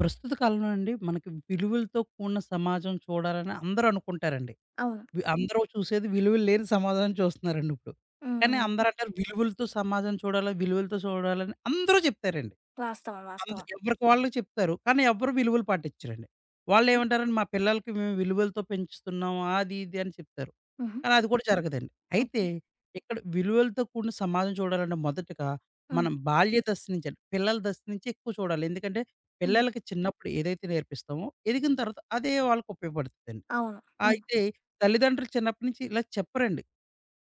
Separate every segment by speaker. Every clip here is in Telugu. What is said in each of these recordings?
Speaker 1: ప్రస్తుత కాలంలో అండి మనకి విలువలతో కూడిన సమాజం చూడాలని అందరూ అనుకుంటారండి.
Speaker 2: అవును.
Speaker 1: వి అందరూ చూసేది విలువలు లేని సమాజాన్ని చూస్తున్నారండి ఇప్పుడు. కానీ
Speaker 2: హ్మ్.
Speaker 1: అందరూ అంటారు విలువలతో సమాజం చూడాలి, విలువలతో చూడాలని అందరూ చెప్తారండి.
Speaker 2: వాస్తవం.
Speaker 1: అంద
Speaker 2: వాస్తవం.
Speaker 1: ఎవరికి వాళ్ళు చెప్తారు. కానీ ఎవ్వరు విలువలు పాటించరండి. వాళ్ళేమంటారండి మా పిల్లలకి మేము విలువలతో పెంచుతున్నాం అది ఇది అని చెప్తారు.
Speaker 2: హుహు.
Speaker 1: కానీ అది కూడా జరగదండి. అయితే
Speaker 2: ఓకే.
Speaker 1: ఇక్కడ విలువలతో కూడిన సమాజం చూడాలంటే మొదటగా
Speaker 2: హ్మ్.
Speaker 1: మనం బాల్య దశ నుంచండి, పిల్లల దశ నుంచి ఎక్కువ చూడాలి. ఎందుకంటే
Speaker 2: హ్మ్.
Speaker 1: పిల్లలకి చిన్నప్పుడు ఏదైతే నేర్పిస్తామో, ఎదిగిన తర్వాత అదే వాళ్ళకి ఉపయోగపడుతుందండి.
Speaker 2: అవును. హ్మ్.
Speaker 1: అయితే తల్లిదండ్రులు చిన్నప్పటి నుంచి ఇలా చెప్పరండి.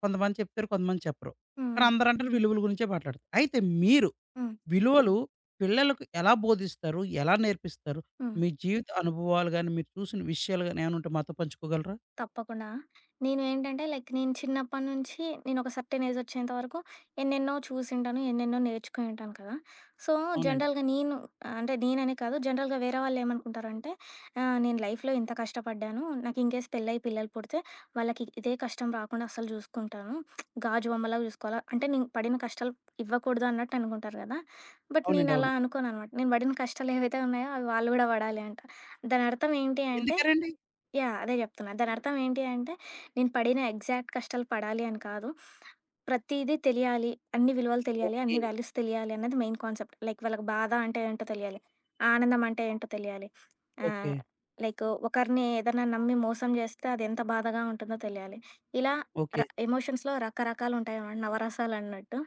Speaker 1: కొంతమంది చెప్తారు, కొంతమంది చెప్పరు. కానీ
Speaker 2: హ్మ్.
Speaker 1: అందరూ అంటారు విలువల గురించే మాట్లాడతారు. అయితే మీరు
Speaker 2: హ్మ్. హ్మ్.
Speaker 1: విలువలు పిల్లలకు ఎలా బోధిస్తారు? ఎలా నేర్పిస్తారు?
Speaker 2: హ్మ్.
Speaker 1: మీ జీవిత అనుభవాలు గాని, మీరు చూసిన విషయాలు గాని ఏమైనా ఉంటే మాతో పంచుకోగలరా?
Speaker 2: తప్పకుండా. నేను ఏంటంటే లైక్ చిన్నప్పటి నుంచి నేను ఒక సర్టెన్ ఏజ్ వచ్చేంత వరకు ఎన్నెన్నో చూసింటాను. ఎన్నెన్నో నేర్చుకొని ఉంటాను కదా! సో,
Speaker 1: అవునండి.
Speaker 2: జనరల్‌గా నేను అంటే నేననే కాదు, జనరల్‌గా వేరే వాళ్ళేమనుకుంటారంటే నేను లైఫ్‌లో ఇంత కష్టపడ్డాను. నాకు ఇన్‌కేస్ పెళ్లయి పిల్లలు పుడితే వాళ్ళకి ఇదే కష్టం రాకుండా అస్సలు చూసుకుంటాను. గాజు బొమ్మలా చూసుకోవాలా అంటే నేను పడిన కష్టాలు ఇవ్వకూడదు అన్నట్టు అనుకుంటారు కదా! బట్ నేను
Speaker 1: అవునండి.
Speaker 2: అలా
Speaker 1: అవును.
Speaker 2: అనుకోననమాట. నేను పడిన కష్టాలు ఏవైతే ఉన్నాయో అవి వాళ్ళు కూడా పడాలి అంట. దానర్థం ఏంటి అంటే
Speaker 1: ఎందుకనండి?
Speaker 2: అదే జెప్తున్నా. దానర్థం ఏంటి అంటే, నేను పడిన ఎగ్జాక్ట్ కష్టాలు పడాలి అని కాదు. ప్రతీదీ తెలియాలి. అన్ని విలువలు తెలియాలి. అన్ని
Speaker 1: ఓకే.
Speaker 2: వాల్యూస్ తెలియాలి అన్నది మెయిన్ కాన్సెప్ట్. లైక్ వాళ్ళకి బాధ అంటే ఏంటో తెలియాలి. ఆనందం అంటే ఏంటో తెలియాలి.
Speaker 1: ఓకే.
Speaker 2: ఆహ్, లైక్ ఒకరిని ఏదన్నా నమ్మి మోసం జేస్తే అదెంత బాధగా ఉంటుందో తెలియాలి. ఇలా
Speaker 1: ఓకే.
Speaker 2: ఎమోషన్స్‌లో రకరకాలుంటాయనమాట. నవరసాలన్నట్టు.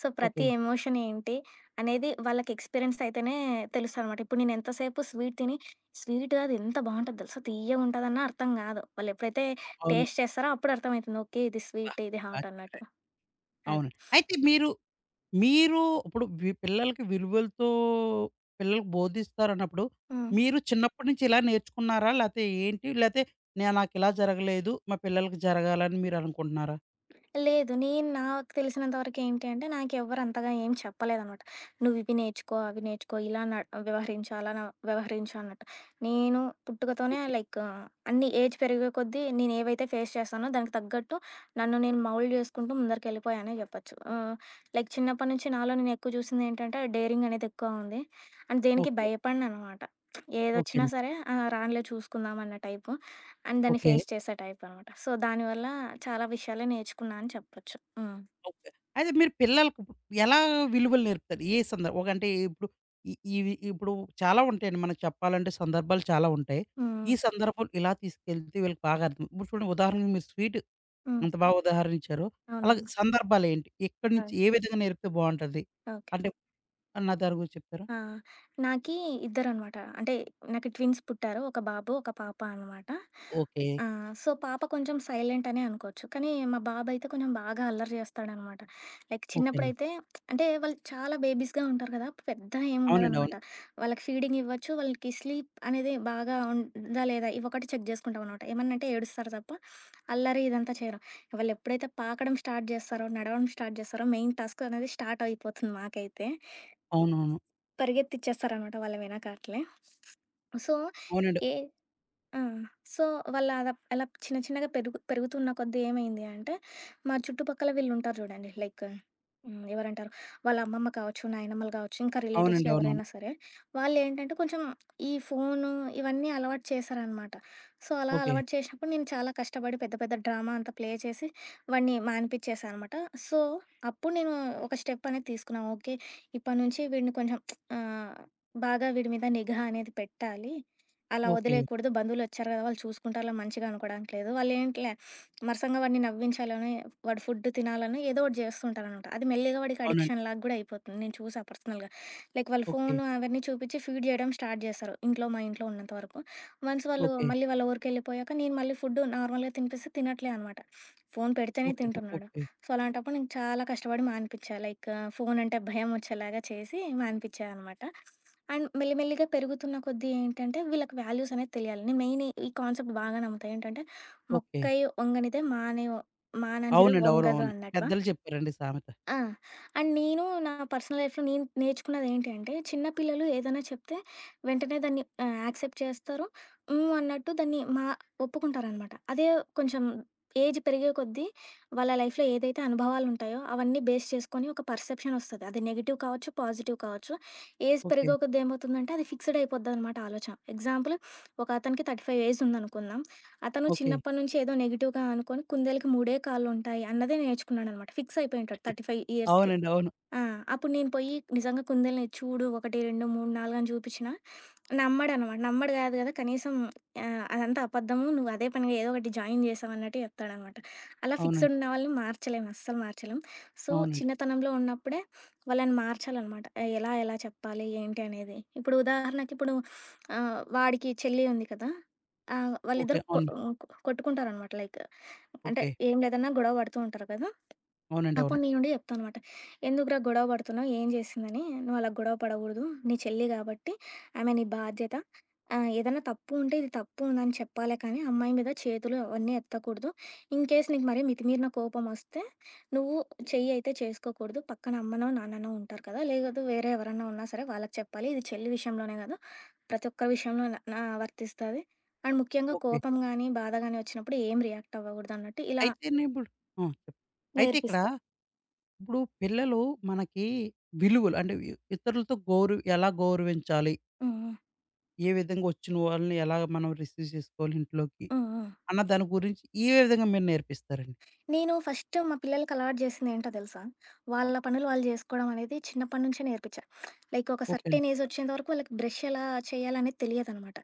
Speaker 2: సో, ప్రతి
Speaker 1: ఓకే.
Speaker 2: ఎమోషన్ ఏంటి అనేది వాళ్ళకి ఎక్స్‌పీరియన్స్ అయితేనే తెలుస్తదనమాట. ఇప్పుడు నేను ఎంతసేపు స్వీట్ తిని స్వీటు అది ఎంత బావుంటది తెలుసా! తియ్యగుంటదన్నా అర్థం గాదు. వాళ్ళెప్పుడైతే
Speaker 1: అవును.
Speaker 2: టేస్ట్ చేస్తారో అప్పుడు అర్థమయితుంది. ఓకే. ఇది
Speaker 1: బా!
Speaker 2: స్వీట్, ఇది
Speaker 1: బా!
Speaker 2: హాట్ అన్నట్టు. అది.
Speaker 1: అవునండి. అయితే మీరు మీరు ఇప్పుడు వి పిల్లలకి విలువలతో పిల్లలకి బోధిస్తారన్నప్పుడు,
Speaker 2: హ్మ్.
Speaker 1: మీరు చిన్నప్పటి నుంచి ఇలా నేర్చుకున్నారా? లేతే ఏంటి? లేతే నేను నాకిలా జరగలేదు. మా పిల్లలకి జరగాలని మీరు అనుకుంటున్నారా?
Speaker 2: లేదు. నేను నాకు తెలిసినంత వరకు ఏంటి అంటే, నాకెవ్వరు అంతగా ఏం చెప్పలేదనమాట. నువ్వివి నేర్చుకో, అవి నేర్చుకో, ఇలా వ్యవహరించు, అలా వ్యవహరించు అన్నట్టు. నేను పుట్టుకతోనే
Speaker 1: ఓకే.
Speaker 2: లైక్ అన్ని ఏజ్ పెరిగే కొద్దీ నేనేవైతే ఫేస్ చేశానో దానికి తగ్గట్టు నన్ను నేను మౌల్డ్ చేసుకుంటూ ముందరికెళ్ళిపోయానే చెప్పొచ్చు. లైక్ చిన్నప్పటి నుంచి నాలో నేను ఎక్కువ చూసిందేంటంటే డేరింగ్ అనేది ఎక్కువ ఉంది. అండ్ దేనికి
Speaker 1: ఓకే.
Speaker 2: భయపడననమాట.
Speaker 1: ఓకే
Speaker 2: ఏదొచ్చినా
Speaker 1: అండి.
Speaker 2: సరే రానిలే చూసుకుందాం అన్న టైపు. అండ్ దాన్ని
Speaker 1: ఓకే.
Speaker 2: ఫేస్ చేసే టైప్ అనమాట. సో, దానివల్ల చాలా విషయాలే నేర్చుకున్నా అని చెప్పొచ్చు. హ్మ్.
Speaker 1: ఓకే. అయితే మీరు పిల్లలకు ఇప్పుడు ఎలా విలువలు నేర్పుతారు? ఏ సందర్భం ఒక అంటే ఇప్పుడు ఇ ఇవి ఇప్పుడు చాలా ఉంటాయండి. మనకు చెప్పాలంటే సందర్భాలు చాలా ఉంటాయి.
Speaker 2: హ్మ్.
Speaker 1: ఈ సందర్భం ఇలా తీసుకెళ్తే వీళ్ళకి బాగా అర్థం ఇప్పుడు చూడండి ఉదాహరణకి మీరు స్వీట్
Speaker 2: హ్మ్.
Speaker 1: అంత బాగా ఉదాహరణించారు. అలాగే
Speaker 2: అవునవును.
Speaker 1: సందర్భాలేంటి? ఎక్కడి
Speaker 2: ఆ!
Speaker 1: నుంచి ఏ విధంగా నేర్పితే బావుంటది?
Speaker 2: ఓకే.
Speaker 1: అంటే నా దాని గురించి చెప్తారా?
Speaker 2: ఆ! నాకీ ఇద్దరనమాట. అంటే నాకు ట్విన్స్ పుట్టారు. ఒక బాబు, ఒక పాప అనమాట.
Speaker 1: ఓకే.
Speaker 2: సో, పాప కొంచెం సైలెంట్ అనే అనుకోవచ్చు. కానీ మా బాబయితే కొంచెం బాగా అల్లరి చేస్తాడనమాట. లైక్
Speaker 1: ఓకే అండి.
Speaker 2: చిన్నప్పుడైతే అంటే వాళ్ళు చాలా బేబీస్‌గా ఉంటారు కదా! పెద్ద
Speaker 1: అవునండి.
Speaker 2: ఏముండదనమాట.
Speaker 1: అవును.
Speaker 2: వాళ్ళకి ఫీడింగ్ ఇవ్వచ్చు. వాళ్ళకి స్లీప్ అనేది బాగా ఉందా లేదా ఇవొకటి చెక్ జేసుకుంటామనమాట. ఏమన్నంటే ఏడుస్తారు తప్ప అల్లరి ఇదంతా చేయరు. వాళ్ళెప్పుడైతే పాకడం స్టార్ట్ జేస్తారో, నడవడం స్టార్ట్ జేస్తారో మెయిన్ టాస్క్ అనేది స్టార్ట్ అయిపోతుంది మాకైతే.
Speaker 1: అవునవును.
Speaker 2: పరిగెత్తిచ్చేస్తారనమాట వాళ్ళ వెనకాట్లే. సో,
Speaker 1: అవునండి.
Speaker 2: ఏ ఆ! సో, వాళ్ళ అలా అలా చిన్న చిన్నగా పెరుగు పెరుగుతున్న కొద్దీ ఏమైంది అంటే, మా చుట్టుపక్కల వీళ్ళుంటారు చూడండి. లైక్ ఎవరంటారు వాళ్ళ అమ్మమ్మ కావచ్చు, నాయనమ్మలు కావచ్చు, ఇంకా రిలేటివ్స్‌లో
Speaker 1: అవునండి. అవునవును.
Speaker 2: ఎవరైనా సరే, వాళ్ళేంటంటే కొంచెం ఈ ఫోను ఇవన్నీ అలవాటు చేశారనమాట. సో, అలా
Speaker 1: ఓకే.
Speaker 2: అలవాటు చేసినప్పుడు నేను చాలా కష్టపడి పెద్ద పెద్ద డ్రామా అంతా ప్లే చేసి వాడిని మానిపిచ్చేశా అనమాట. సో, అప్పుడు నేను ఒక స్టెప్ అనేది తీసుకున్నా. ఓకే. ఇప్పటి నుంచి వీడిని కొంచెం ఆహ్, బాగా వీడి మీద నిఘా అనేది పెట్టాలి. అలా
Speaker 1: ఓకే.
Speaker 2: వదిలేయకూడదు. బంధువులొచ్చారు గదా! వాళ్ళు చూసుకుంటారులే మంచిగా అనుకోడానికి లేదు. వాళ్ళేంటిలే మరసంగా వాడిని నవ్వించాలని, వాడు ఫుడ్ తినాలని ఏదో ఒకటి జేస్తుంటారనమాట. అది మెల్లిగా వాడికి
Speaker 1: అవునండి.
Speaker 2: అడిక్షన్ లాగా గూడా అయిపోతుంది. నేను చూసా పర్సనల్‌గా. లైక్ వాళ్ళు
Speaker 1: ఓకే.
Speaker 2: ఫోను అవన్నీ చూపిచ్చి ఫీడ్ జేయడం స్టార్ట్ జేస్తారు. ఇంట్లో మా ఇంట్లో ఉన్నంత వరకు. వన్స్ వాళ్ళు
Speaker 1: ఓకే.
Speaker 2: మళ్ళీ వాళ్ళ ఊరికెళ్ళిపోయాక నేను మళ్ళీ ఫుడ్ నార్మల్‌గా తినిపిస్తే తినట్లే అనమాట. ఫోను పెడితేనే
Speaker 1: ఓకే అండి.
Speaker 2: తింటున్నాడు.
Speaker 1: ఓకే.
Speaker 2: సో, అలాంటప్పుడు నేను చాలా కష్టపడి మానిపిచ్చా. లైక్ ఫోనంటే భయం వచ్చేలాగా చేసి మానిపిచ్చా అనమాట. అండ్ మెల్లిమెల్లిగా పెరుగుతున్న కొద్దీ ఏంటంటే, వీళ్ళకి వాల్యూస్ అనేది తెలియాలి. నేను మెయిన్ ఈ కాన్సెప్ట్ బాగా నమ్ముతా. ఏంటంటే,
Speaker 1: ఓకే.
Speaker 2: "మొక్కై ఒంగనిదే మానే మాననిదే
Speaker 1: అవునండి.
Speaker 2: ఒంగదు"
Speaker 1: అవునవును.
Speaker 2: అన్నట్టు.
Speaker 1: పెద్దలు చెప్పారండి సామెత.
Speaker 2: ఆ! అండ్ నేను నా పర్సనల్ లైఫ్‌లో నేను నేర్చుకున్నదేంటి అంటే, చిన్న పిల్లలు ఏదైనా చెప్తే వెంటనే దాన్ని యాక్సెప్ట్ చేస్తారు. హ్మ్. అన్నట్టు దాన్ని ఒప్పుకుంటారనమాట. అదే కొంచెం ఏజ్ పెరిగే కొద్దీ వాళ్ళ లైఫ్‌లో ఏదైతే అనుభవాలుంటాయో, అవన్నీ బేస్ చేసుకొని ఒక పర్సెప్షనొస్తది. అది నెగెటివ్ కావచ్చు, పాజిటివ్ కావచ్చు. Age
Speaker 1: okay.
Speaker 2: పెరిగే కొద్దీ ఏమవుతుందంటే, అది ఫిక్స్‌డ్ అయిపోద్దనమాట ఆలోచన. ఎగ్జాంపుల్ ఒకతనికి 35 ఏజ్ ఉందనుకుందాం. అతను
Speaker 1: ఓకే.
Speaker 2: చిన్నప్పటి నుంచి ఏదో నెగిటివ్‌గా అనుకోని కుందేలుకి మూడే కాళ్ళుంటాయి అన్నదే నేర్చుకున్నాడనమాట. ఫిక్స్ అయిపోయుంటాడు 35 ఇయర్స్‌కి.
Speaker 1: అవునండి. అవును.
Speaker 2: ఆ! అప్పుడు నేను పోయి నిజంగా కుందేలుని చూడు 1, 2, 3, 4 అని చూపిచ్చినా నమ్మడనమాట. నమ్మడు కాదు కదా! కనీసం అదంతా అబద్ధము. నువ్వు అదే పనిగా ఏదో ఒకటి జాయిన్ చేశావు అన్నట్టు చెప్తాడనమాట. అలా ఫిక్స్‌డ్
Speaker 1: అవునండి.
Speaker 2: ఉన్న వాళ్ళని మార్చలేం. అస్సలు మార్చలేం. సో,
Speaker 1: అవునండి.
Speaker 2: చిన్నతనంలో ఉన్నప్పుడే వాళ్ళని మార్చాలనమాట. ఎలా ఎలా చెప్పాలి? ఏంటి అనేది. ఇప్పుడు ఉదాహరణకి ఇప్పుడు వాడికి చెల్లి ఉంది కదా!
Speaker 1: ఓకే.
Speaker 2: వాళ్ళిద్దరు కొ
Speaker 1: అవును.
Speaker 2: కొ కొట్టుకుంటారనమాట. లైక్ అంటే
Speaker 1: ఓకే.
Speaker 2: ఏం లేదన్నా గొడవ పడుతూ ఉంటారు కదా!
Speaker 1: అవునండి.
Speaker 2: అప్పుడు
Speaker 1: అవును.
Speaker 2: నేను ఉండి చెప్తానమాట. "ఎందుకురా గొడవ పడుతున్నావు? ఏం చేసిందని? నువ్వు అలా గొడవ పడకూడదు. నీ చెల్లి కాబట్టి ఆమె నీ బాధ్యత. ఏదైనా తప్పు ఉంటే ఇది తప్పు ఉందని చెప్పాలే కానీ అమ్మాయి మీద చేతులు అవన్నీ ఎత్తకూడదు. ఇన్‌కేస్ నీకు మరీ మితిమీరిన కోపం వస్తే నువ్వు చెయ్యి అయితే చేసుకోకూడదు. పక్కన అమ్మనో, నాన్ననో ఉంటారు కదా! లేదు వేరే ఎవరన్నా ఉన్నా సరే వాళ్ళకి చెప్పాలి. ఇది చెల్లి విషయంలోనే కాదు ప్రతి ఒక్క విషయంలో నా వర్తిస్తది. అండ్ ముఖ్యంగా
Speaker 1: ఓకే.
Speaker 2: కోపం గానీ, బాధ గానీ వచ్చినప్పుడు ఏం రియాక్ట్ అవ్వకూడదు" అన్నట్టు ఇలా
Speaker 1: అయితేనే ఇప్పుడు ఆ! చెప్పండి. అయితే ఇక్కడ
Speaker 2: నేర్పిస్తా.
Speaker 1: ఇప్పుడు పిల్లలు మనకి విలువలు అంటే ఇ ఇతరులతో గౌరవ ఎలా గౌరవించాలి?
Speaker 2: హ్మ్. హ్మ్.
Speaker 1: ఏ విధంగా వచ్చిన వాళ్ళని ఎలా మనం రిసీవ్ చేసుకోవాలి ఇంట్లోకి?
Speaker 2: హ్మ్. హ్మ్.
Speaker 1: అన్న దాని గురించి ఏ విధంగా మీరు నేర్పిస్తారండి?
Speaker 2: నేను ఫస్ట్ మా పిల్లలకి అలవాటు చేసింది ఏంటో తెలుసా? వాళ్ళ పనులు వాళ్ళు జేసుకోవడం అనేది చిన్నప్పటి నుంచే నేర్పించా. లైక్ ఒక
Speaker 1: ఓకే అండి.
Speaker 2: సర్టెన్ ఏజ్ వచ్చేంత వరకు వాళ్ళకి బ్రష్ ఎలా చేయాలనేది తెలియదనమాట.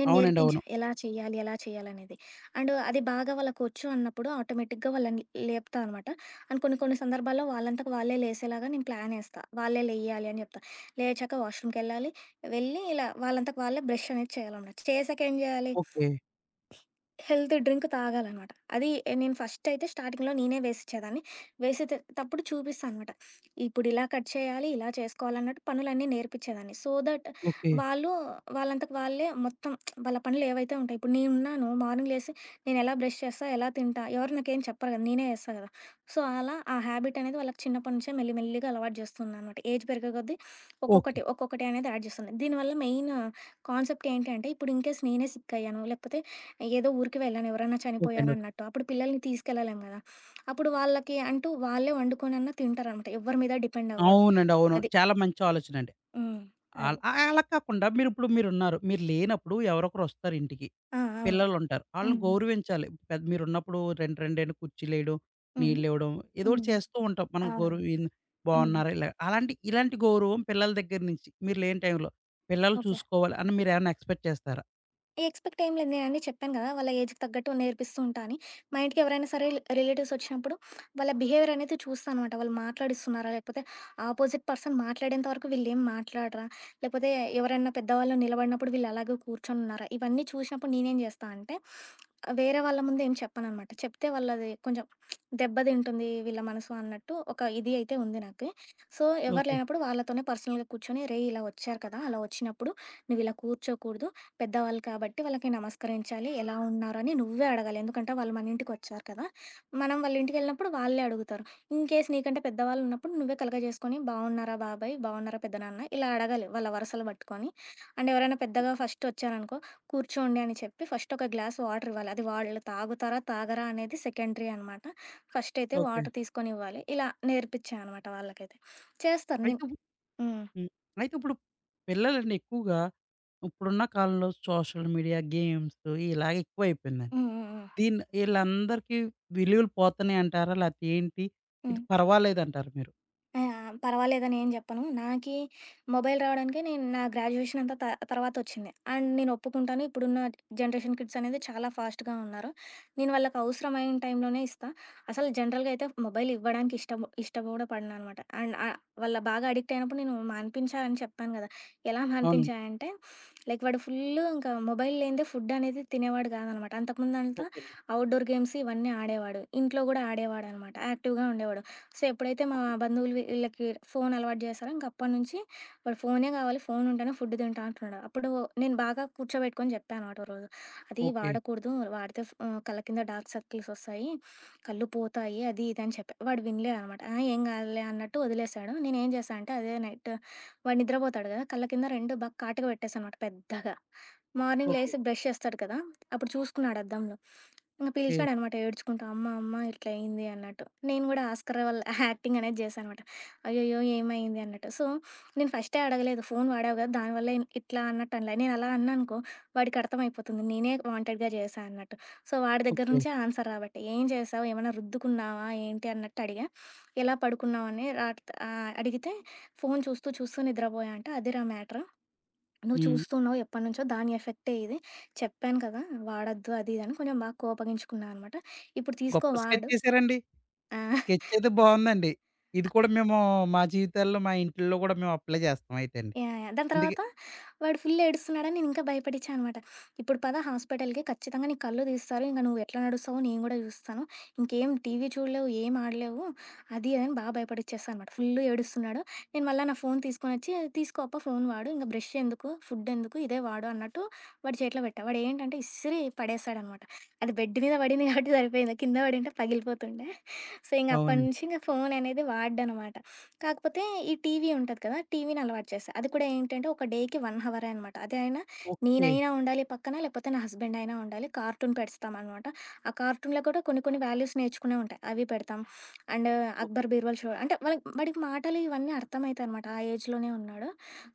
Speaker 2: నేను
Speaker 1: అవునండి.
Speaker 2: నేర్పించా.
Speaker 1: అవును.
Speaker 2: ఎలా చేయాలి? ఎలా చేయాలనేది. అండ్ అది బాగా వాళ్ళకొచ్చు అన్నప్పుడు ఆటోమేటిక్‌గా వాళ్ళని లేపుతా అనమాట. అండ్ కొన్ని కొన్ని సందర్భాల్లో వాళ్ళంతకు వాళ్ళే లేసేలాగా నేను ప్లాన్ ఏస్తా. వాళ్ళే లెయ్యాలి అని జెప్తా. లేచాక వాష్‌రూమ్‌కెళ్ళాలి. వెళ్ళి ఇలా వాళ్ళంతకు వాళ్ళే బ్రష్ అనేది చేయాలనమాట. చేశాక ఏం జేయాలి?
Speaker 1: ఓకే.
Speaker 2: హెల్తీ డ్రింక్ తాగాలనమాట. అది నేను ఫస్ట్ అయితే స్టార్టింగ్‌లో నేనే వేసిచ్చేదాన్ని. వేసేతే టప్పుడు చూపిస్తా అనమాట. ఇప్పుడిలా కట్ చేయాలి, ఇలా చేసుకోవాలన్నట్టు పనులన్నీ నేర్పిచ్చేదాన్ని. So that
Speaker 1: okay.
Speaker 2: వాళ్ళు వాళ్ళంతకు వాళ్ళే మొత్తం వాళ్ళ పనులేవైతే ఉంటాయి. ఇప్పుడు నేనున్నాను మార్నింగ్ లేసి నేనెలా బ్రష్ చేస్తా, ఎలా తింటా, ఎవరు నాకేం చెప్పరు కదా! నేనే చేస్తా కదా! సో, అలా హ్యాబిట్ అనేది వాళ్ళకి చిన్నప్పటి నుంచే మెల్లి మెల్లిగా అలవాటు చేస్తున్నానమాట. ఏజ్ పెరిగే కొద్దీ
Speaker 1: ఓకే.
Speaker 2: ఒక్కొక్కటి, ఒక్కొక్కటి అనేది యాడ్ చేస్తున్నా. దీనివల్ల మెయిన్ కాన్సెప్ట్ ఏంటి అంటే ఇప్పుడు ఇన్‌కేస్ నేనే సిక్ అయ్యాను లేకపోతే ఏదో ఊరికి వెళ్ళాను ఎవరైనా
Speaker 1: ఓకే అండి. ఓకే.
Speaker 2: చనిపోయారన్నట్టు. అప్పుడు పిల్లల్ని తీసుకెళ్ళలేం గదా! అప్పుడు వాళ్ళకి అంటూ వాళ్ళే వండుకొనన్నా తింటారనమాట. ఎవ్వరి మీద డిపెండ్ అవ్వరు.
Speaker 1: అవునండి. అవును.
Speaker 2: అది.
Speaker 1: చాలా మంచి ఆలోచనండి.
Speaker 2: హ్మ్. అది.
Speaker 1: ఆల్ అలా కాకుండా మీరిప్పుడు మీరున్నారు. మీరు ఉన్నారు, మీరు లేనప్పుడు ఎవరో ఒకరొస్తారు ఇంటికి.
Speaker 2: ఆ! అవును.
Speaker 1: పిల్లలుంటారు. ఆళ్ళని
Speaker 2: హ్మ్. హ్మ్.
Speaker 1: గౌరవించాలి. పెద్ మీరున్నప్పుడు 2 కుర్చీలేయడం,
Speaker 2: హ్మ్.
Speaker 1: నీళ్ళివ్వడం ఏదోకటి
Speaker 2: హ్మ్.
Speaker 1: చేస్తూ ఉంటాం. మనం
Speaker 2: అవునవును.
Speaker 1: గౌరవం ఈన్
Speaker 2: హ్మ్.
Speaker 1: బావున్నారా? ఇలా అలాంటి ఇలాంటి గౌరవం పిల్లల దగ్గర నుంచి మీరు లేని టైంలో పిల్లలు
Speaker 2: ఓకే.
Speaker 1: చూసుకోవాలి అని మీరేమన్నా ఎక్స్‌పెక్ట్ చేస్తారా?
Speaker 2: ఎక్స్‌పెక్ట్ ఏం లేదు. నేనన్నీ చెప్పాను గదా! వాళ్ళ ఏజ్‌కి తగ్గట్టు నేర్పిస్తూ ఉంటా అని. మా ఇంటికి ఎవరైనా సరే రిలేటివ్స్ వచ్చినప్పుడు వాళ్ళ బిహేవియర్ అనేది చూస్తా అనమాట. వాళ్ళు మాట్లాడిస్తున్నారా? లేకపోతే ఆపోజిట్ పర్సన్ మాట్లాడేంత వరకు వీళ్ళేం మాట్లాడరా? లేకపోతే ఎవరైనా పెద్దవాళ్ళు నిలబడినప్పుడు వీళ్ళు అలాగే కూర్చొనున్నారా? ఇవన్నీ చూసినప్పుడు నేనేం జేస్తా అంటే, వేరే వాళ్ళ ముందు ఏం చెప్పననమాట. చెప్తే వాళ్ళది కొంచెం దెబ్బతింటుంది వీళ్ళ మనసు అన్నట్టు ఒక ఇది అయితే ఉంది నాకి. సో, ఎవరు
Speaker 1: ఓకే.
Speaker 2: లేనప్పుడు వాళ్ళతోనే పర్సనల్‌గా కూర్చొని, "రేయ్! ఇలా వచ్చారు కదా! అలా వచ్చినప్పుడు నువ్వు ఇలా కూర్చోకూడదు. పెద్దవాళ్ళు కాబట్టి వాళ్ళకి నమస్కరించాలి. ఎలా ఉన్నారు అని నువ్వే అడగాలి. ఎందుకంటే వాళ్ళు మన ఇంటికొచ్చారు కదా! మనం వాళ్ళ ఇంటికెళ్ళినప్పుడు వాళ్ళే అడుగుతారు. ఇన్‌కేస్ నీకంటే పెద్దవాళ్ళు ఉన్నప్పుడు నువ్వే కలగజేసుకొని బావున్నారా బాబాయ్? బావున్నారా పెద్దనాన్న? ఇలా అడగాలి వాళ్ళ వరసలు పట్టుకొని. అండ్ ఎవరైనా పెద్దగా ఫస్ట్ వచ్చారనుకో కూర్చోండి అని చెప్పి ఫస్ట్ ఒక గ్లాస్ వాటర్ ఇవ్వాలి. అది వాళ్ళు తాగుతారా? తాగరా? అనేది సెకండరీ అనమాట. ఫస్ట్ అయితే
Speaker 1: ఓకే.
Speaker 2: వాటర్ తీసుకొనివ్వాలి. ఇలా నేర్పించా అనమాట వాళ్ళకైతే. చేస్తారు.
Speaker 1: అయితే ఇప్పు
Speaker 2: హ్మ్.
Speaker 1: హ్మ్. అయితే ఇప్పుడు పిల్లలండి ఎక్కువగా ఇప్పుడున్న కాలంలో సోషల్ మీడియా, గేమ్స్ ఇలాగ ఎక్కువైపోయిందండి.
Speaker 2: హ్మ్. హ్మ్. హ్మ్.
Speaker 1: దీన్ని ఈళ్ళందరికీ విలువలు పోతున్నాయంటారా? లేతే ఏంటి?
Speaker 2: హ్మ్.
Speaker 1: ఇది పర్వాలేదంటారా మీరు?
Speaker 2: ఆ! పర్వాలేదని ఏం చెప్పను. నాకీ మొబైల్ రావడానికి నేను నా గ్రాడ్యుయేషన్ అంతా తర్వాతొచ్చింది. అండ్ నేను ఒప్పుకుంటాను. ఇప్పుడున్న జనరేషన్ కిడ్స్ అనేది చాలా ఫాస్ట్‌గా ఉన్నారు. నేను వాళ్ళకి అవసరమైన టైంలోనే ఇస్తా. అసలు జనరల్‌గా అయితే మొబైల్ ఇవ్వడానికి ఇష్టం కూడా పడననమాట. అండ్ వాళ్ళ బాగా అడిక్ట్ అయినప్పుడు నేను మాన్పించా అని చెప్పాను కదా! ఎలా
Speaker 1: అవునండి.
Speaker 2: మాన్పించా అంటే, లైక్ వాడు ఫుల్లు ఇంకా మొబైల్ లేనిదే ఫుడ్ అనేది తినేవాడు కాదనమాట. అంతకుముందంతా
Speaker 1: ఓకే అండి.
Speaker 2: ఔట్‌డోర్ గేమ్స్ ఇవన్నీ ఆడేవాడు. ఇంట్లో కూడా ఆడేవాడనమాట. యాక్టివ్‌గా ఉండేవాడు. సో, ఎప్పుడైతే మా
Speaker 1: ఓకే.
Speaker 2: బంధువులు వీళ్ళకి ఫోను అలవాటు చేశారో, ఇంక అప్పటినుంచి వాడు ఫోనే కావాలి, ఫోను ఉంటేనే ఫుడ్ తింటా అంటున్నాడు. అప్పుడు నేను బాగా కూర్చోబెట్టుకొని చెప్పా అనమాట ఓ రోజు. అది
Speaker 1: ఓకే.
Speaker 2: వాడకూడదు, వాడితే కళ్ళ కింద డార్క్ సర్కిల్స్ వస్తాయి, కళ్ళు పోతాయి, అది ఇది అని చెప్పా. వాడు వినలేదనమాట. ఆ! ఏం కాదులే అన్నట్టు వదిలేసాడు. నేనేం చేశా అంటే, అదే నైట్ వాడు నిద్రపోతాడు కదా! కళ్ళ కింద 2 బాగా కాటుక పెట్టేసా అనమాట పెద్దగా. Morning
Speaker 1: okay.
Speaker 2: లేసి బ్రష్ చేస్తాడు కదా! అప్పుడు చూసుకున్నాడు అద్దంలో. ఇంక
Speaker 1: ఓకే.
Speaker 2: పిలిచాడనమాట ఏడ్చుకుంటూ, "అమ్మ, అమ్మ ఇట్లా అయింది" అన్నట్టు. నేను గూడా ఆస్కార్ వాళ్ళ యాక్టింగ్ అనేది జేశాను అనమాట. "అయ్యయ్యో! ఏమైంది?" అన్నట్టు. సో, నేను ఫస్టే అడగలేదు. "ఫోను వాడావు గదా! దానివల్లే ఇట్లా" అన్నట్టు అనలే. నేను అలా అన్నా అనుకో వాడికి అర్థమైపోతుంది. నేనే వాంటెడ్‌గా జేశా అన్నట్టు. సో, వాడి దగ్గర
Speaker 1: ఓకే.
Speaker 2: నుంచే ఆన్సర్ రాబట్టే. "ఏం చేశావు? ఏమన్నా రుద్దుకున్నావా? ఏంటి?" అన్నట్టు అడిగా. "ఎలా పడుకున్నావు?" అని అడిగితే, "ఫోను చూస్తూ, చూస్తూ నిద్రపోయా" అంటే, "అదిరా మ్యాటర్. నువ్వు
Speaker 1: హ్మ్.
Speaker 2: చూస్తున్నావు ఎప్పటినుంచో దాని ఎఫెక్టే ఇది. చెప్పాను కదా! వాడొద్దు అది ఇది అని కొంచెం బాగా కోపగించుకున్నా అనమాట. ఇప్పుడు తీసుకో
Speaker 1: గొప్ప స్కెచ్
Speaker 2: వాడు.
Speaker 1: ఏసారండి.
Speaker 2: ఆ!
Speaker 1: స్కెచ్ అయితే బావుందండి. ఇది కూడా మేము మా జీవితాల్లో మా ఇంటిల్లో కూడా మేము అప్లై చేస్తాం అయితే అండి.
Speaker 2: యాహ్! యాహ్! దాని
Speaker 1: ఇందుకే
Speaker 2: తర్వాత వాడు ఫుల్ ఏడుస్తున్నాడని నేనింకా భయపడిచ్చా అనమాట. ఇప్పుడు పద హాస్పిటల్‌కి ఖచ్చితంగా నీ కళ్ళు తీస్తారు. ఇంక నువ్వు ఎట్లా నడుస్తావో నేను గూడా చూస్తాను. ఇంకేం టీవీ చూడలేవు, ఏం ఆడలేవు అది ఇదని బా భయపడిచ్చేసా అనమాట. ఫుల్ ఏడుస్తున్నాడు. నేను మళ్ళా నా ఫోను తీసుకొనొచ్చి తీసుకో ఫోను వాడు. ఇంక బ్రష్ ఎందుకు? ఫుడ్ ఎందుకు? ఇదే వాడు అన్నట్టు వాడి చేతిలో పెట్టా. వాడేంటంటే ఇసిరి పడేసాడనమాట. అది బెడ్ మీద పడింది కాబట్టి సరిపోయింది. కింద పడింటే పగిలిపోతుండే. సో, ఇంగప్పటి
Speaker 1: అవునండి.
Speaker 2: నుంచి ఇంక ఫోననేది వాడనమాట. కాకపోతే ఈ టీవీ ఉంటది కదా! టీవీని అలవాటు చేశా. అది కూడా ఏంటంటే ఒక డేకి 1 హవరే అనమాట. అది అయినా
Speaker 1: ఓకే.
Speaker 2: నేనైనా ఉండాలి పక్కన, లేకపోతే నా హస్బెండ్ అయినా ఉండాలి. కార్టూన్ పెడతామనమాట. ఆ కార్టూన్‌లో కూడా కొన్ని కొన్ని వాల్యూస్ నేర్చుకునేవి ఉంటాయి. అవి పెడతాం. అండ్
Speaker 1: ఓక్
Speaker 2: 'అక్బర్ బీర్బల్' షో అంటే వాడికి మాటలు ఇవన్నీ అర్థమయితాయనమాట. ఆ ఏజ్‌లోనే ఉన్నాడు.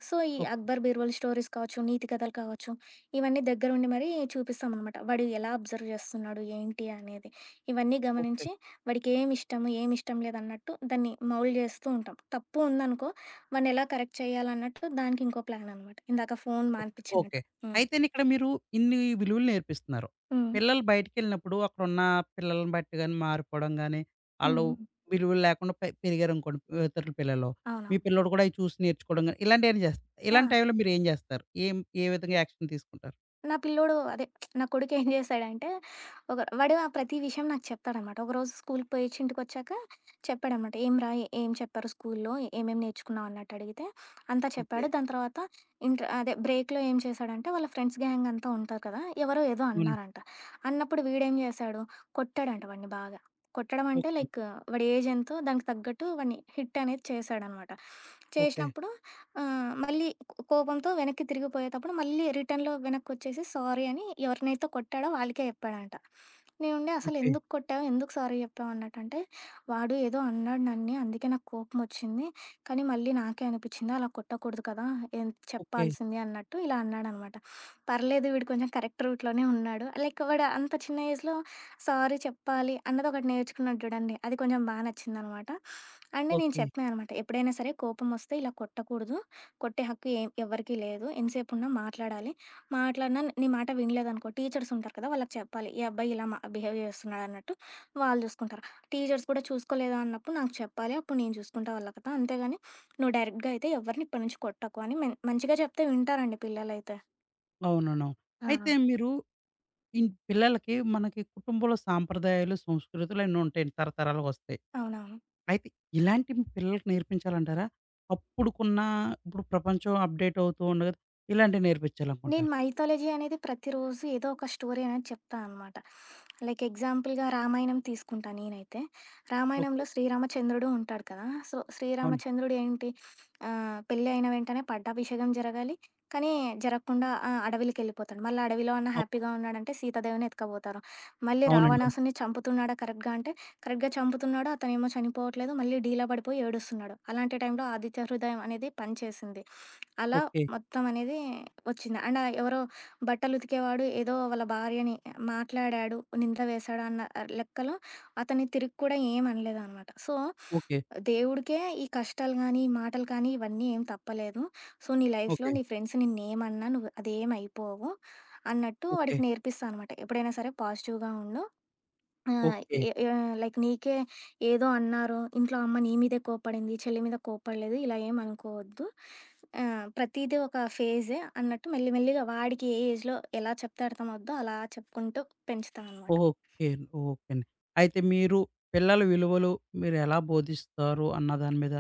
Speaker 2: సో, ఈ
Speaker 1: ఓకే.
Speaker 2: 'అక్బర్ బీర్బల్' స్టోరీస్ కావచ్చు, నీతి కథలు కావచ్చు, ఇవన్నీ దగ్గరుండి మరీ చూపిస్తామనమాట. వాడు ఎలా అబ్జర్వ్ చేస్తున్నాడు, ఏంటి అనేది. ఇవన్నీ
Speaker 1: ఓకే.
Speaker 2: గమనించి వాడికి ఏమి ఇష్టం లేదన్నట్టు దాన్ని మౌల్డ్ చేస్తూ ఉంటాం. తప్పు ఉందనుకో వాడిని ఎలా కరెక్ట్ చేయాలన్నట్టు దానికి ఇంకో ప్లాన్ అనమాట. ఇందాక ఫోను
Speaker 1: ఓకే. ఓకే.
Speaker 2: మాన్పించినట్టు. హ్మ్.
Speaker 1: అయితేని ఇక్కడ మీరు ఇన్ని విలువలు నేర్పిస్తున్నారు.
Speaker 2: హ్మ్.
Speaker 1: పిల్లలు బయటికెళ్ళినప్పుడు అక్కడున్న పిల్లలని బట్టి గాని మారిపోవడం గాని,
Speaker 2: హ్మ్.
Speaker 1: ఆళ్ళు
Speaker 2: హ్మ్.
Speaker 1: విలువలు లేకుండా పె పెరిగారనుకోండి ఇతరుల పిల్లలు. మీ
Speaker 2: అవునవును.
Speaker 1: పిల్లోడు కూడా అయి చూసి నేర్చుకోవడం గాని, ఇలాంటియన్నీ చేస్తారు.
Speaker 2: ఆ!
Speaker 1: ఇలాంటి టైంలో మీరేం చేస్తారు? ఏం ఏ విధంగా యాక్షన్ తీసుకుంటారు?
Speaker 2: నా పిల్లోడు అదే నా కొడుకు ఏం చేశాడంటే, వాడు ఆ ప్రతి విషయం నాకు చెప్తాడనమాట. ఒకరోజు స్కూల్‌కి పోయొచ్చి ఇంటికొచ్చాక చెప్పాడనమాట. "ఏమిరా ఏం చెప్పారు స్కూల్‌లో? ఏమేం నేర్చుకున్నావు?" అన్నట్టు అడిగితే అంతా
Speaker 1: ఓకే.
Speaker 2: చెప్పాడు. దాని తర్వాత ఇంటర్ అదే బ్రేక్‌లో ఏం చేశాడంటే, వాళ్ళ ఫ్రెండ్స్ గ్యాంగ్ అంతా ఉంటారు కదా! ఎవరో ఏదో
Speaker 1: అవునండి.
Speaker 2: అన్నారంట. అన్నప్పుడు వీడేం చేశాడు, కొట్టాడంట వాడిని బాగా. కొట్టడం అంటే
Speaker 1: ఓకే.
Speaker 2: లైక్ వాడి ఏజ్ ఎంతో దానికి తగ్గట్టు వాడిని హిట్ అనేది చేశాడనమాట.
Speaker 1: ఓకే.
Speaker 2: చేసినప్పుడు ఆ! మళ్ళీ కోపంతో వెనక్కి తిరిగిపోయేతప్పుడు మళ్ళీ రిటర్న్‌లో వెనక్కొచ్చేసి సారీ అని ఎవరినైతే కొట్టాడో వాళ్ళకే చెప్పాడంట. నేనుండి
Speaker 1: ఓకే.
Speaker 2: అసలెందుకు కొట్టావు? ఎందుకు సారీ చెప్పావు? అన్నట్టంటే, వాడు ఏదో అన్నాడు నన్ని అందుకే నాకు కోపమొచ్చింది. కానీ మళ్ళీ నాకే అనిపిచ్చింది అలా కొట్టకూడదు కదా! ఏం
Speaker 1: ఓకే.
Speaker 2: చెప్పాల్సింది అన్నట్టు ఇలా అన్నాడనమాట. పర్లేదు వీడు కొంచెం కరెక్ట్ రూట్‌లోనే ఉన్నాడు. లైక్ వాడు అంత చిన్న ఏజ్‌లో సారీ చెప్పాలి అన్నదొకటి నేర్చుకున్నాడు చూడండి. అది కొంచెం బా నచ్చిందనమాట. అండ్ నేను
Speaker 1: ఓకే.
Speaker 2: చెప్పా అనమాట. ఎప్పుడైనా సరే కోపమొస్తే ఇలా కొట్టకూడదు. కొట్టే హక్కు ఎవ్వరికీ లేదు. ఎంతసేపున్నా మాట్లాడాలి. మాట్లాడినా నీ మాట వినలేదనుకో టీచర్స్ ఉంటారు కదా! వాళ్ళకి చెప్పాలి. ఈ అబ్బాయి ఇలా బిహేవ్ చేస్తున్నాడన్నట్టు వాళ్ళు చూసుకుంటారు. టీచర్స్ కూడా చూసుకోలేదా అన్నప్పుడు నాకు చెప్పాలి. అప్పుడు నేను చూసుకుంటా వాళ్ళ కథ. అంతేగాని నువ్వు డైరెక్ట్‌గా అయితే ఎవరిని ఇప్పటి నుంచి కొట్టకు అని మంచిగా చెప్తే వింటారండి పిల్లలైతే.
Speaker 1: అవునవును.
Speaker 2: ఆ!
Speaker 1: అయితే మీరు ఇన్ పిల్లలకి మనకి కుటుంబంలో సాంప్రదాయాలు, సంస్కృతులు అన్నీ ఉంటాయండి తరతరాలుగా వస్తాయి.
Speaker 2: అవునవును.
Speaker 1: అయితే ఇలాంటివి పిల్లలకి నేర్పించాలంటారా? అప్పుడుకున్న ఇప్పుడు ప్రపంచం అప్‌డేట్ అవుతూ ఉండగా ఇలాంటివి
Speaker 2: నేను
Speaker 1: నేర్పించాలనుకుంటారా?
Speaker 2: మైథాలజీ అనేది ప్రతిరోజు ఏదో ఒక స్టోరీ అనేది చెప్తాను అనమాట. లైక్ ఎగ్జాంపుల్‌గా రామాయణం తీసుకుంటా నేనైతే. రామాయణంలో
Speaker 1: ఓకే.
Speaker 2: శ్రీరామచంద్రుడు ఉంటాడు కదా! సో,
Speaker 1: అవును.
Speaker 2: శ్రీరామచంద్రుడు ఏంటి పెళ్లి అయిన వెంటనే పట్టాభిషేకం జరగాలి. కానీ జరగకుండా అడవిలకెళ్ళిపోతాడు. మళ్ళీ అడవిలో అన్నా
Speaker 1: అవ్
Speaker 2: హ్యాపీగా ఉన్నాడంటే సీతాదేవిని ఎత్తుకుపోతారు. మళ్ళీ
Speaker 1: అవునండి. అవును.
Speaker 2: రావణాసురుడిని చంపుతున్నాడా కరెక్ట్‌గా అంటే కరెక్ట్‌గా చంపుతున్నాడు. అతనేమో చనిపోవట్లేదు. మళ్ళీ డీలా పడిపోయి ఏడుస్తున్నాడు. అలాంటి టైంలో ఆదిత్య హృదయం అనేది పనిచేసింది. అలా
Speaker 1: ఓకే.
Speaker 2: మొత్తం అనేది వచ్చింది. అండ్ ఎవరో బట్టలు ఉతికేవాడు ఏదో వాళ్ళ భార్యని మాట్లాడాడు, నింద వేశాడు అన్న లెక్కలో అతన్ని తిరిగి కూడా ఏమి అనలేదనమాట. So,
Speaker 1: okay.
Speaker 2: దేవుడికే ఈ కష్టాలు గానీ, ఈ మాటలు కానీ ఇవన్నీ ఏం తప్పలేదు. సో, నీ లైఫ్‌లో
Speaker 1: ఓకే.
Speaker 2: నీ ఫ్రెండ్స్ నిన్నేమన్నా నువ్వు అదేమి అయిపోవు అన్నట్టు
Speaker 1: ఓకే.
Speaker 2: వాడికి నేర్పిస్తా అనమాట. ఎప్పుడైనా సరే పాజిటివ్‌గా ఉండు. ఆ!
Speaker 1: ఓకే.
Speaker 2: లైక్ నీకే ఏదో అన్నారు. ఇంట్లో అమ్మ నీ మీదే కోప్పడింది. చెల్లి మీద కోప్పడలేదు. ఇలా ఏమి అనుకోవద్దు. ప్రతీది ఒక ఫేజే అన్నట్టు మెల్లి మెల్లిగా వాడికి ఏ ఏజ్‌లో ఎలా చెప్తే అర్థమవుద్దో అలా చెప్పుకుంటూ పెంచుతా అనమాట.
Speaker 1: ఓకే. ఓకే అండి. అయితే మీరు పిల్లల విలువలు మీరెలా బోధిస్తారు అన్న దాని మీద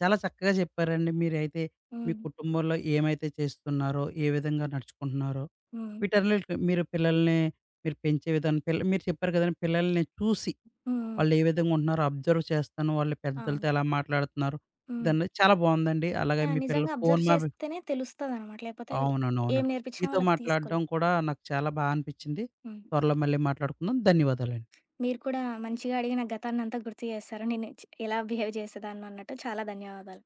Speaker 1: చాలా చక్కగా చెప్పారండి. మీరైతే మీ
Speaker 2: హ్మ్.
Speaker 1: కుటుంబంలో ఏమైతే చేస్తున్నారో, ఏ విధంగా నడుచుకుంటున్నారో,
Speaker 2: హ్మ్.
Speaker 1: వీటన్నిటిని మీరు పిల్లల్ని మీరు పెంచే విధానం పిల్ల మీరు చెప్పారు కదండీ! పిల్లల్ని చూసి
Speaker 2: హ్మ్. హ్మ్.
Speaker 1: వాళ్ళు ఏ విధంగా ఉంటున్నారో అబ్జర్వ్ చేస్తాను. వాళ్ళు
Speaker 2: అవును.
Speaker 1: పెద్దలతో ఎలా మాట్లాడుతున్నారు.
Speaker 2: హ్మ్.
Speaker 1: దాన్ని చాలా బావుందండి. అలాగే
Speaker 2: యాహ్!
Speaker 1: మీ పిల్లలు
Speaker 2: నిజంగా
Speaker 1: ఫోను
Speaker 2: అబ్జర్వ్
Speaker 1: మా
Speaker 2: చేస్తేనే తెలుస్తదనమాట. లేకపోతే
Speaker 1: అవునండి.
Speaker 2: ఏం
Speaker 1: అవునండి.
Speaker 2: నేర్పించినా
Speaker 1: మీతో
Speaker 2: వాళ్ళకి
Speaker 1: మాట్లాడడం
Speaker 2: తీసుకోలేం.
Speaker 1: కూడా నాకు చాలా బా అనిపించింది.
Speaker 2: హ్మ్.
Speaker 1: త్వరలో మళ్ళీ మాట్లాడుకుందాం. ధన్యవాదాలండి.
Speaker 2: మీరు కూడా మంచిగా అడిగి నా గతాన్నంతా గుర్తు చేశారు. నేను ఎలా బిహేవ్ చేసేదాన్నో అన్నట్టు. చాలా ధన్యవాదాలు.